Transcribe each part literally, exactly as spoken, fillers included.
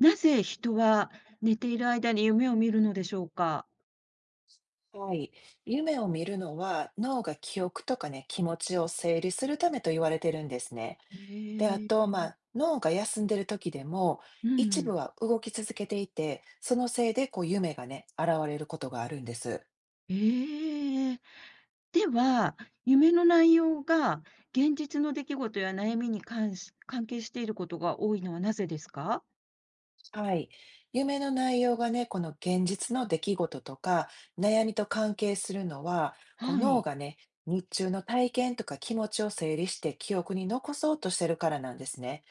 なぜ人は寝ている間に夢を見るのでしょうか？はい。夢を見るのは脳が記憶とかね、気持ちを整理するためと言われてるんですね。で、あえと、まえ。あ、脳が休んでる時でも、う一部ん。は動き続けていて、そのせいでこう夢がね、現れることがあるんです。ええ。では、夢の内容が現実の出来事や悩みに関し関係していることが多いのはなぜですか？はい。夢の内容がね、この現実の出来事とか悩みと関係するのは、こうは脳い。がね、日中の体験とか気持ちを整理して記憶に残そうとしてるからなんですね。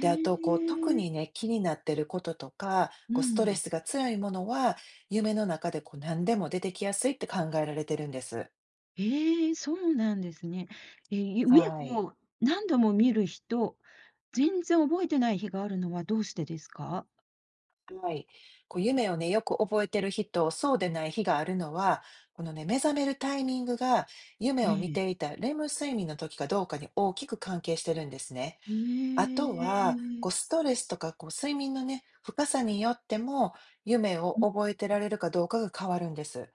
で、あと、こう、特え。にね、気になってることとか、うこう、ストレん。スが強いものは、夢の中で、こう、何でも出てきやすいって考えられてるんです。ええ、そうなんですね。え、夢はい。を何度も見る日と、全然覚えてない日があるのはどうしてですか？はい。こう、夢をね、よく覚えてる日と、そうでない日があるのは、このね、目覚めるタイミングが、夢えを見てえ。いたレム睡眠の時かどうかに大きく関係してるんですね。あえとは、こう、え。ストレスとか、こう、睡眠のね、深さによっても、夢を覚えてられるかどうかが変わるんです。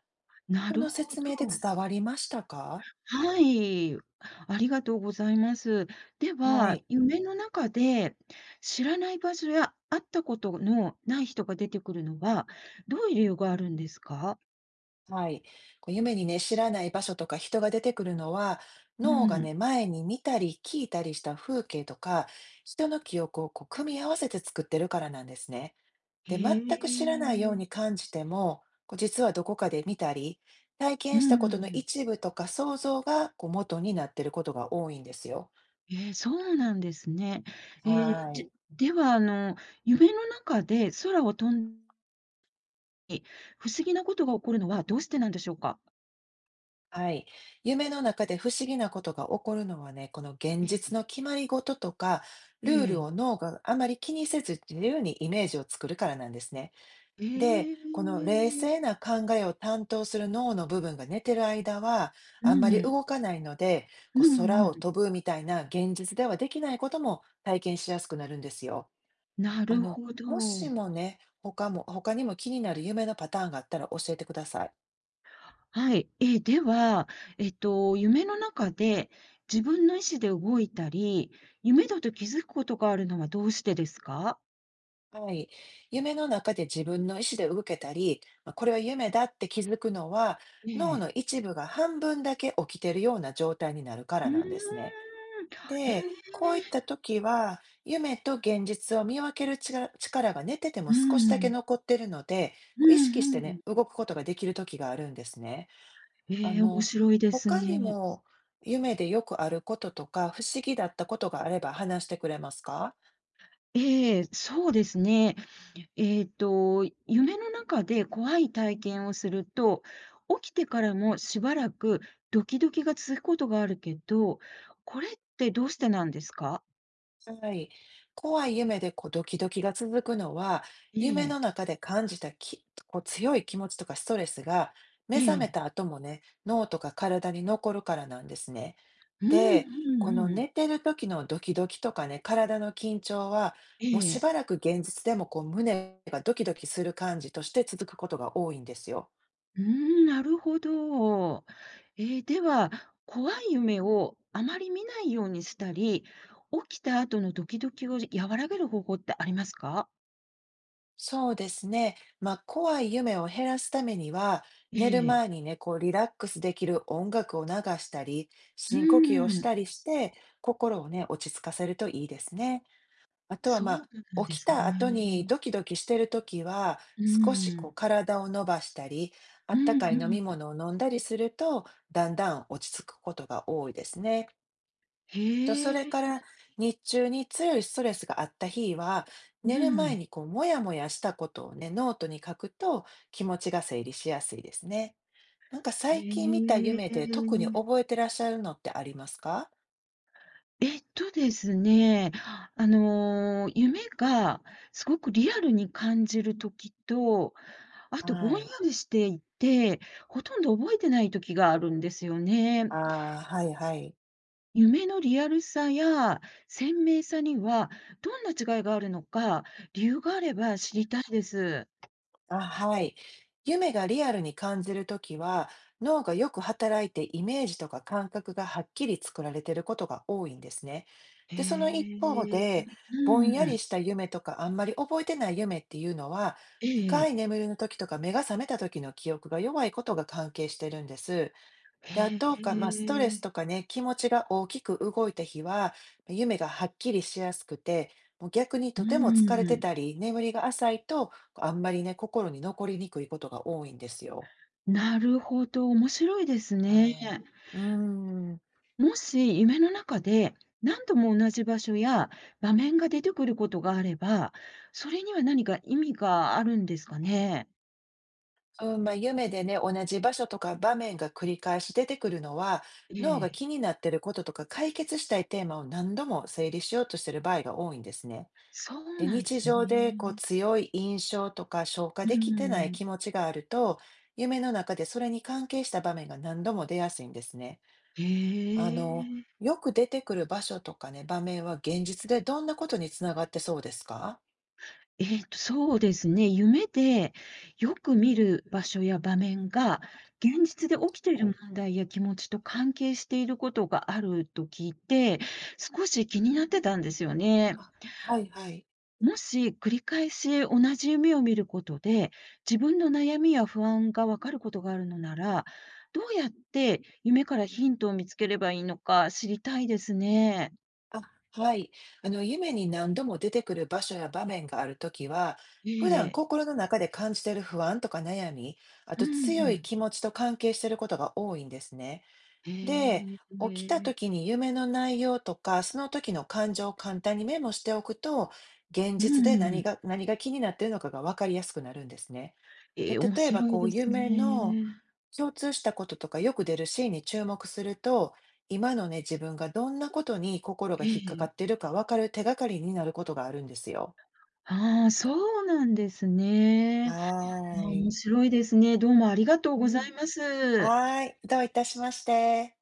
なこるのほ説明でど。伝わりましたか？はい。ありがとうございます。ではは、い、夢の中で知らない場所や会ったことのない人が出てくるのは、どういう理由があるんですか？はい。こう夢にね、知らない場所とか人が出てくるのは、う脳がん。ね、前に見たり聞いたりした風景とか、人の記憶をこう組み合わせて作ってるからなんですね。へで、全く知らないようにえ。感じても、こう実はどこかで見たり、体う験したことのん。一部とか想像がこう元になってることが多いんですよ。えーそうなんですね。はええ、い。ででは、あの、夢の中で空を飛んで、不思議なことが起こるのはどうしてなんでしょうか？はい。夢の中で不思議なことが起こるのはね、この現え実え。の決まり事とか、えルールえ。を脳があまり気にせず自由にイメージを作るからなんですね。えで、この冷静え。な考えを担当する脳の部分が寝てる間は、うあんまりん。動かないので、うこうん空うをん。飛ぶみたいな現実ではできないことも体験しやすくなるんですよ。なあるの、ほもしど。もね、他も、他にも気になる夢のパターンがあったら教えてください。はい。えー、では、えっと、夢の中で自分の意思で動いたり、夢だと気づくことがあるのはどうしてですか？はい。夢の中で自分の意思で動けたり、まあこれは夢だって気づくのは、え脳え。の一部が半分だけ起きてるような状態になるかうらーなんですね。ん。へで、こういっえ。た時は、夢と現実を見分ける力力が寝ててうも少しだけん。残ってるので、うこう意識してんうん。ね、動くことができる時があるんですね。あええ、面の、白いです他にね。も夢でよくあることとか、不思議だったことがあれば話してくれますか。ええ、そうですね。えっと、夢の中で怖い体験をすると、起きてからもしばらくドキドキが続くことがあるけど、これってどうしてなんですか？はい。怖い夢でこうドキドキが続くのは、え夢のえ、中で感じたき、こう強い気持ちとかストレスが目え覚めえ。た後もね、脳とか体に残るからなんですね。うんで、うこのんう寝ん。てる時のドキドキとかね、体の緊張は、えもうしえ。ばらく現実でもこう胸がドキドキする感じとして続くことが多いんですよ。うーん、なるほど。えーでは、怖い夢をあまり見ないようにしたり、起きた後のドキドキを和らげる方法ってありますか？そうですね。まあ、怖い夢を減らすためには、え寝るえ。前にね、こうリラックスできる音楽を流したり、う深呼吸をしーん。たりして、心をね、落ち着かせるといいですね。あとはそうまなんあ、で起きすた後にね。ドキドキしてるときは、う少しーこうん。体を伸ばしたり、あうったんかい飲みうん。物を飲んだりすると、だんだん落ち着くことが多いですね。と、へそえ、れから日中に強いストレスがあった日は、う寝る前ん。にこう、もやもやしたことをね、ノートに書くと気持ちが整理しやすいですね。なんか最近見たへ夢で特にえ。覚えてらっしゃるのってありますか？えっとですね、あの、夢がすごくリアルに感じる時と、あとぼんはやい。りしていて、ほとんど覚えてない時があるんですよね。ああ、はいはい。夢のリアルさや鮮明さには、どんな違いがあるのか、理由があれば知りたいです。あ、はい。夢がリアルに感じるときは、脳がよく働いてイメージとか感覚がはっきり作られていることが多いんですね。へで、その一方え。で、ぼんやうりん。した夢とかあんまり覚えてない夢っていうのは、え深え。い眠りの時とか目が覚めた時の記憶が弱いことが関係してるんです。で、あへとか、まあ、ストレスとえ。かね、気持ちが大きく動いた日は、夢がはっきりしやすくて、もう逆にうーとても疲れてん、たり、眠りが浅いと、あんまりね、心に残りにくいことが多いんですよ。なるほど、面白いですはね。い。うーん。もし夢の中で何度も同じ場所や場面が出てくることがあれば、それには何か意味があるんですかね？うん、まあ、夢でね、同じ場所とか場面が繰り返し出てくるのは、え脳がえ。気になってることとか解決したいテーマを何度も整理しようとしてる場合が多いんですね。そうで、なんで日す常でこうね。強い印象とか消化うーできてないん。気持ちがあると、夢の中でそれに関係した場面が何度も出やすいんですね。へあの、え。よく出てくる場所とかね、場面は現実でどんなことにつながってそうですか。えっと、そうですね。夢でよく見る場所や場面が、現実で起きていはるい。問題や気持ちと関係していることがあると聞いて、少し気になってたんですよね。はいはい。もし繰り返し同じ夢を見ることで、自分の悩みや不安がわかることがあるのなら、どうやって夢からヒントを見つければいいのか知りたいですね。あ、はい。あの、夢に何度も出てくる場所や場面があるときは、え普段え。心の中で感じている不安とか悩み、あうんとう強いん。気持ちと関係していることが多いんですね。で、へ起きたえ。時に夢の内容とか、その時の感情を簡単にメモしておくと、現う実でんう何ん、が、何が気になっているのかが分かりやすくなるんですね。えで、え、面例えば白いこでうす夢のね。共通したこととかよく出るシーンに注目すると、今のね、自分がどんなことに心がえ引っかかえ。っているか分かる手がかりになることがあるんですよ。ああ、そうなんですね。はあーあ、面い。白いですね。どうもありがとううござん、います。はーい、どういたしまして。